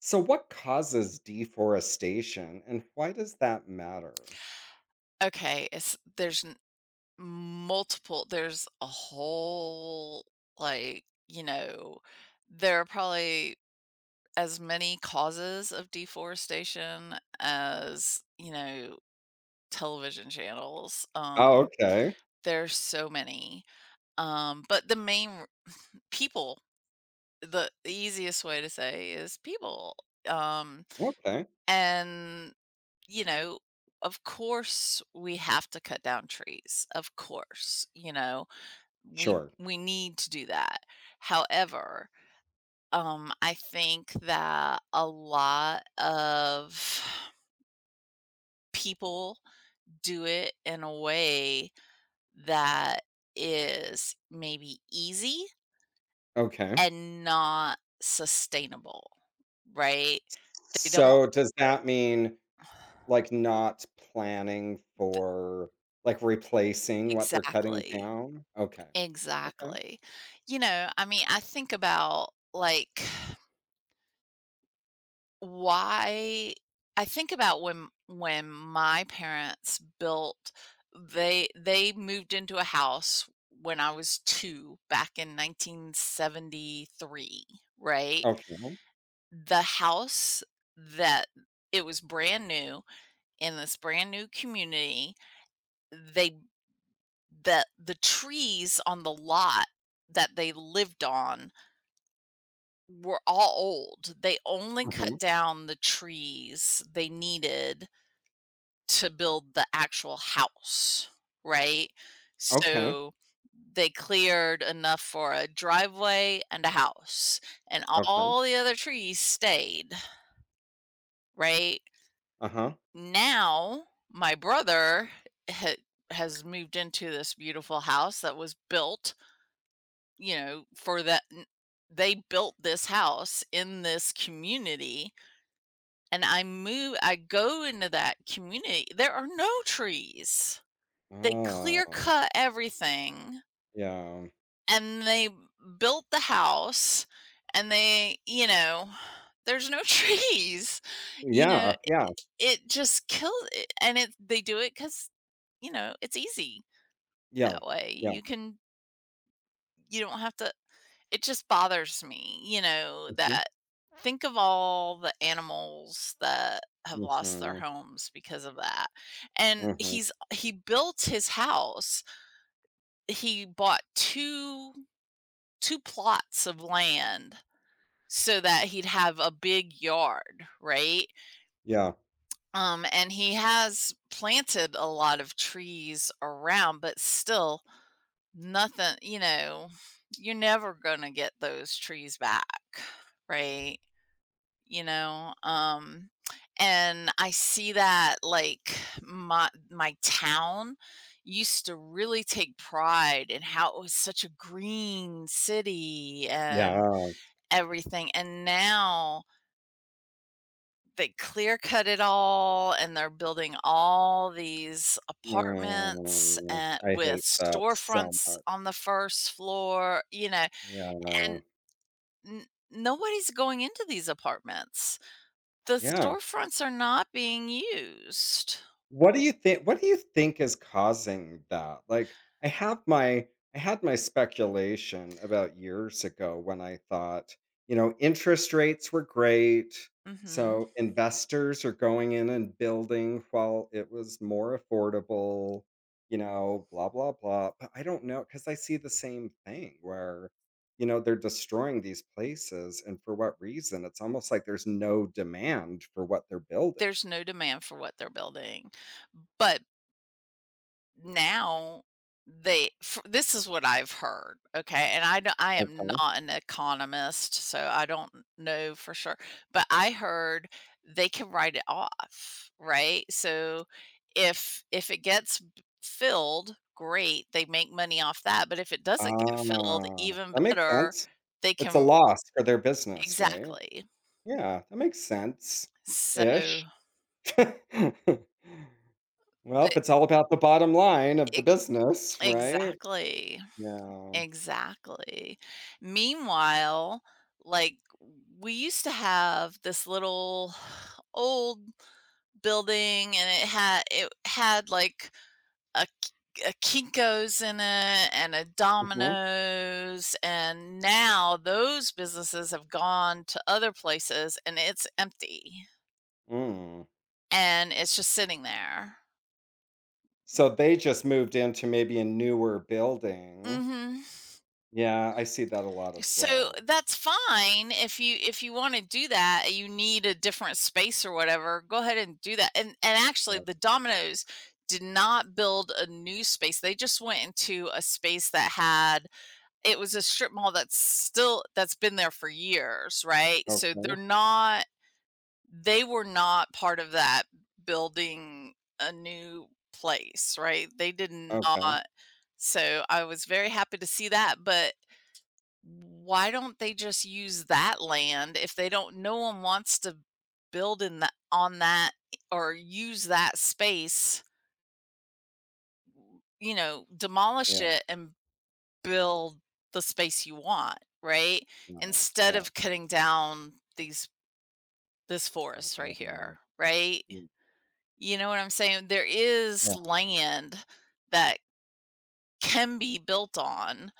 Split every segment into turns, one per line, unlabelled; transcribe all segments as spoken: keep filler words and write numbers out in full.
So, what causes deforestation and why does that matter?
Okay, it's there's n multiple there's a whole, like, you know, there are probably as many causes of deforestation as, you know, television channels,
Oh,
um,
okay.
there's so many, um, but the main r people, the the easiest way to say is people, um,
Okay.
and, you know, of course, we have to cut down trees, of course, you know? we
Sure.
we need to do that. However, um, I think that a lot of people do it in a way that is maybe easy
Okay.
and not sustainable, right? They don't
So, does that mean like not planning
th-
for like replacing what they're cutting
exactly.
down? Okay. Okay.
Exactly. You know, I mean, I think about like Why I think about when when my parents built they they moved into a house when I was two back in nineteen seventy-three, right?
Okay.
The house that it was brand new in this brand new community. They the the trees on the lot that they lived on were all old. They only
Hmm.
cut down the trees they needed to build the actual house, right?
Okay.
So, they cleared enough for a driveway and a house, and
Okay.
all the other trees stayed, right?
Uh huh.
Now, my brother ha has moved into this beautiful house that was built, you know, for that They built this house in this community, and I move I go into that community there are no trees. They clear
Oh,
cut everything
yeah.
and they built the house, and they, you know, there's no trees. You know,
Yeah. Yeah.
it just kills it, and it they do it because, you know, it's easy
Yeah.
that way.
Yeah.
You can you don't have to it just bothers me, you know,
Hmm.
that think of all the animals that have lost their
Hmm.
homes because of that. And
Hmm.
he's he built his house. He bought 2 2 plots of land so that he'd have a big yard, right?
Yeah.
Um, and he has planted a lot of trees around, but still nothing, you know, you're never gonna get those trees back, right? You know, um, and I see that, like, my my town used to really take pride in how it was such a green city and
Yeah.
everything. And now they clear cut it all, and they're building all these apartments
Mm,
and
I
with
hate that so
storefronts
much.
on the first floor, you know,
Yeah.
and n- nobody's going into these apartments. The
Yeah.
storefronts are not being used.
What do you think what do you think is causing that? Like, I have my I had my speculation about years ago when I thought, you know, interest rates were great,
Mhm.
so investors are going in and building while it was more affordable, you know, blah blah blah, but I don't know know because I see the same thing where, you know, they're destroying these places and for what reason? It's almost like there's no demand for what they're building.
There's no demand for what they're building. But now they f this is what I've heard, okay, and I d I am
Okay.
not an economist, so I don't know for sure, but I heard they can write it off, right? So, if if it gets b filled, great, they make money off that, but if it doesn't get filled,
Ah,
even
that makes
better,
sense.
they
It's a
can
loss for their business, right?
exactly.
Yeah, that makes
So,
sense-ish. Well, if
the
it's all about the bottom line of the
e
business, right?
exactly.
Yeah.
Exactly. Meanwhile, like, we used to have this little old building, and it had it had, like, a K- a Kinko's in it and a
Mhm.
Domino's, and now those businesses have gone to other places, and it's empty,
Mm.
and it's just sitting there.
So they just moved into maybe a newer building.
Mhm.
Yeah, I see that a lot as
So
well.
that's fine if you if you want to do that, you need a different space or whatever, go ahead and do that. And and actually
Right.
the Domino's did not build a new space. They just went into a space that had it was a strip mall that's still that's been there for years, right? So they're
Okay,
not they were not part of that building a new place, right? They did
okay.
not so I was very happy to see that, but why don't they just use that land if they don't no one wants to build in that on that or use that space, you know, demolish
Yeah,
it and build the space you want, right?
yeah,
Instead
yeah.
of cutting down these this forest right
Right. Yeah.
here, right? You know what I'm saying? There is
Yeah.
land that can be built on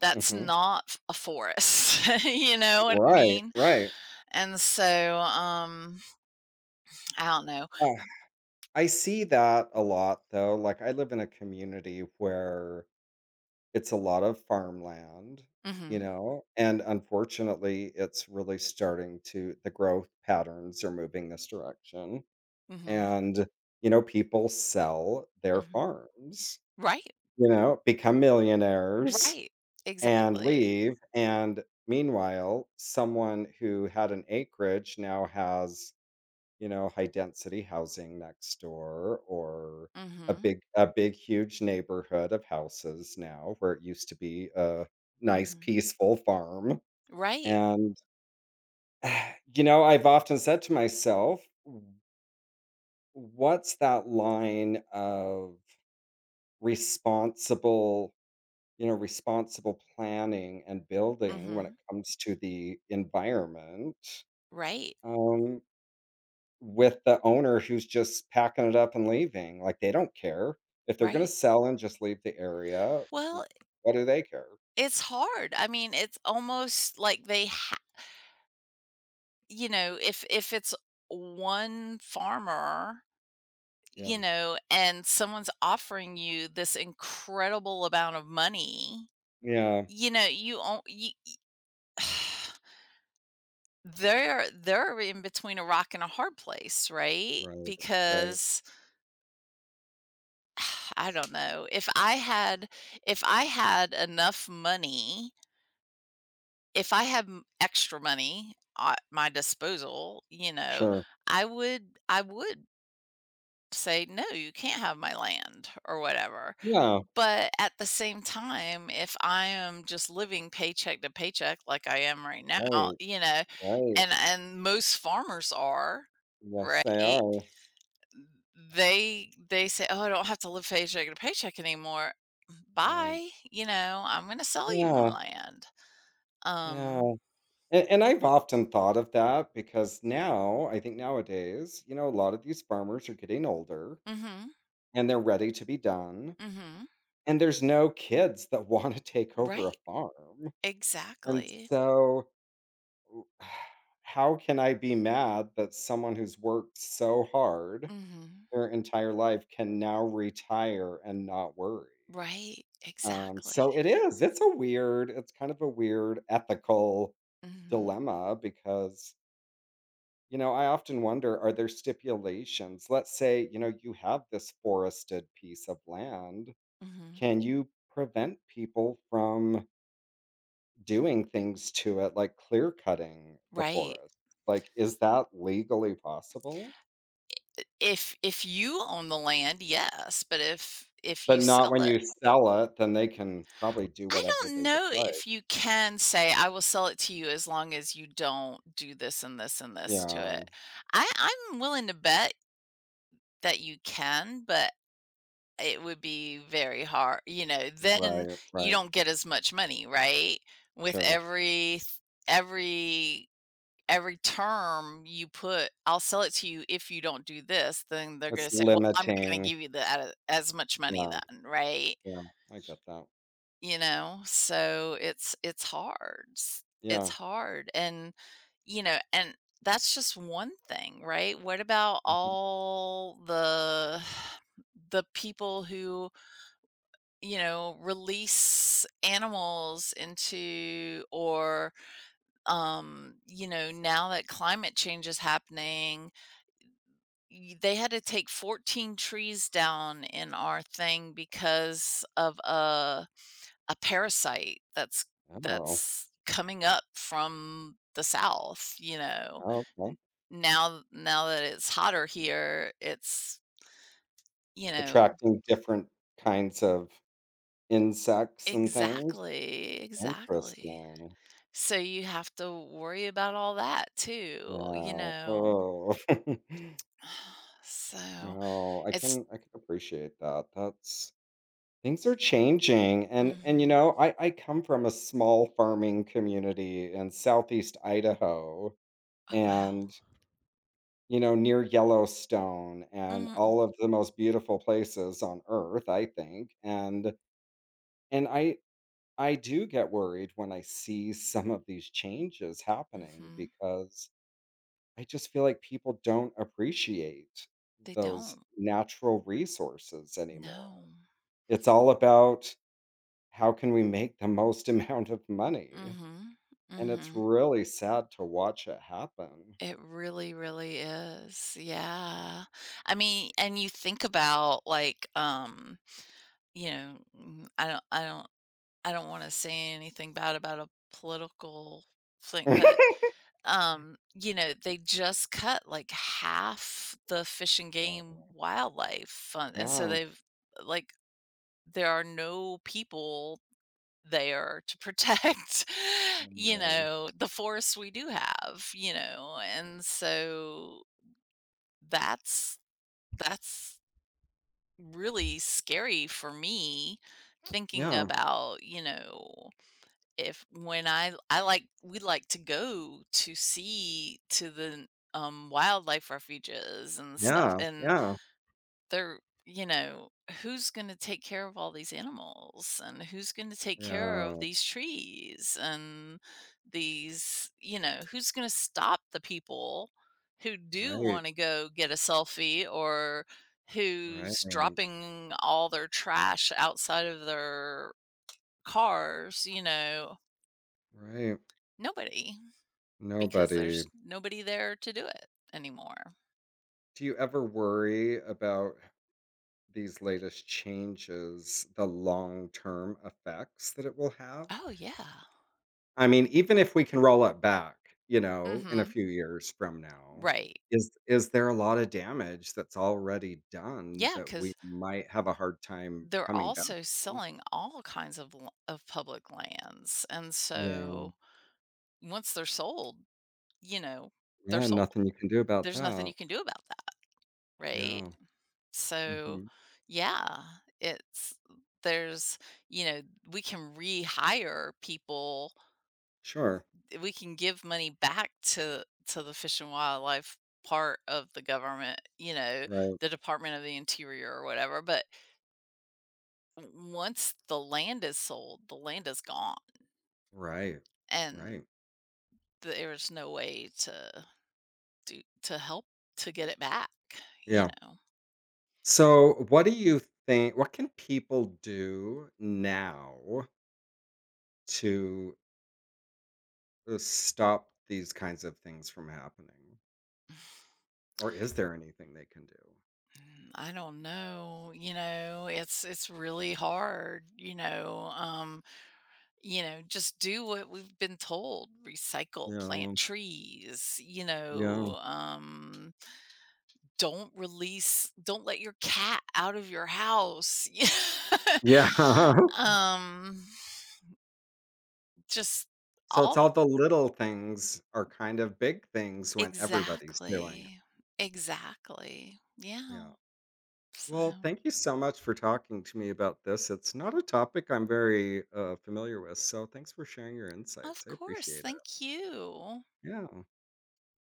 that's
Mhm.
not a forest. You know what I
Right,
mean?
right.
And so, um, I don't know.
I see that a lot though. Like I live in a community where it's a lot of farmland, you
Mhm,
know, and unfortunately it's really starting to the growth patterns are moving this direction.
mhm,
And, you know, people sell their
mhm.
farms,
Right,
you know, become millionaires
right,
and
exactly.
leave. And meanwhile, someone who had an acreage now has, you know, high density housing next door or a
Mhm,
big a big huge neighborhood of houses now where it used to be a nice
mhm.
peaceful farm.
Right,
And you know, I've often said to myself, "W- what's that line of responsible, you know, responsible planning and building when it
mhm.
comes to the environment?"
Right,
Um, with the owner who's just packing it up and leaving, like, they don't care. If they're gonna
right.
sell and just leave the area, w
Well,
what do they care?
it's hard. I mean, it's almost like they ha you know, if if it's one farmer,
Yeah.
you know, and someone's offering you this incredible amount of money,
Yeah.
you know, you on you They're they're in between a rock and a hard place, right?
Right, right.
Because I don't know. If I had if I had enough money, if I had m- extra money at my disposal, you know,
Sure.
I would I would say no, you can't have my land or whatever.
Yeah.
But at the same time, if I am just living paycheck to paycheck like I am right now,
Right,
you know,
right.
and and most farmers are,
Yes,
right?
they are.
They they say, "Oh, I don't have to live paycheck to paycheck anymore.
Right.
Bye, you know, I'm gonna sell you my
Yeah,
land."
yeah.
Um,
And and I've often thought of that because now I think nowadays, you know, a lot of these farmers are getting older,
mhm,
and they're ready to be done,
mhm.
and there's no kids that wanna take over a
Right,
farm, and
exactly.
so how can I be mad that someone who's worked so hard
Mhm.
their entire life can now retire and not worry?
Right,
Um,
exactly.
so it is. It's a weird, it's kind of a weird ethical
Mhm,
dilemma because, you know, I often wonder, are there stipulations? Let's say, you know, you have this forested piece of land.
mhm.
Can you prevent people from doing things to it, like clear cutting the
Right.
forest? Like, is that legally possible?
If if you own the land, yes, but if if
But
you
not
sell
when
it
you sell it, then they can probably do
I
whatever
don't
they would
know
like.
if you can say, "I will sell it to you as long as you don't do this and this and this to
Yeah.
it." I I'm willing to bet that you can, but it would be very hard, you know, then
Right,
you
right.
don't get as much money, right? With
Sure.
every every every term you put, "I'll sell it to you if you don't do this," then they're
It's
gonna say, "Well, I'm not gonna
limiting.
give you the as much money
Yeah,
then," right?
yeah. I get that.
You know? So it's it's hard. S It's
Yeah.
hard, and, you know, and that's just one thing, right? What about
Mhm.
all the the people who, you know, release animals into or, um, you know, now that climate change is happening, y they had to take fourteen trees down in our thing because of a a parasite that's
Oh,
that's coming up from the South, you know.
oh,
N
okay.
now now that it's hotter here, it's, you know
Attracting different kinds of insects and things.
Exactly, exactly.
Interesting.
So you have to worry about all that too, you
Yeah.
know.
Oh.
So
No, I
it's
can I can appreciate that. That's things are changing and and you
Mhm.
know, I I come from a small farming community in southeast Idaho
Oh, wow.
and you know, near Yellowstone and
Mm,
all of the most beautiful places on earth, I think. And and I I do get worried when I see some of these changes happening
mhm.
because I just feel like people don't appreciate
They
those
don't.
natural resources anymore.
No.
It's all about how can we make the most amount of money,
Mhm,
and it's
mhm.
really sad to watch it happen.
It really, really is. Yeah. I mean, and you think about like, um, you know, mm, I don't, I don't, I don't want to say anything bad about a political thing, but um, you know, they just cut like half the fish and
Yeah,
game wildlife fund, and so
yeah,
they've like there are no people there to protect, you
I.
know, the forests we do have, you know, and so that's that's really scary for me thinking
Yeah,
about, you know, if when I I like we like to go to see to the, um, wildlife refuges and stuff,
yeah,
and
yeah,
they're you know who's going to take care of all these animals, and who's going to take care of
yeah.
these trees and these you know who's going to stop the people who do
Right,
want to go get a selfie or
right,
who's dropping all their trash outside of their cars, you know,
right.
nobody because
Nobody.
there's nobody there to do it anymore.
Do you ever worry about these latest changes, the long-term effects that it will have?
Oh yeah,
I mean, even if we can roll it back, you
mm
know, in a
mhm,
few years from now,
right.
is is there a lot of damage that's already done
Yeah,
that we
cuz
might have a hard time
they're
coming back?
also selling all kinds of l of public lands, and
Yeah.
so once they're sold, you know, they're
Yeah,
sold.
nothing you can do about
There's nothing
that.
you can do about that, right?
Yeah.
So,
Mhm.
yeah, it's there's you know, we can rehire people.
Sure.
We can give money back to to the Fish and Wildlife part of the government, you know,
Right.
the Department of the Interior or whatever, but once the land is sold, the land is gone.
Right.
And
Right.
there was no way to do to help to get it back, you
Yeah.
know?
So, what do you think what can people do now to uh, stop these kinds of things from happening? Or is there anything they can do?
Mm, I don't know, you know, it's it's really hard, you know, um, you know, just do what we've been told, recycle, plant
Yeah,
trees, you
yeah,
know, um, don't release don't let your cat out of your house.
yeah.
Um, just
So it's
all
all the little things are kind of big things when everybody's doing it.
Exactly. Exactly.
Yeah.
Yeah. So,
Well, thank you so much for talking to me about this. It's not a topic I'm very uh, familiar with. So thanks for sharing your
of
insights. I
course.
appreciate it.
Thank you.
Yeah.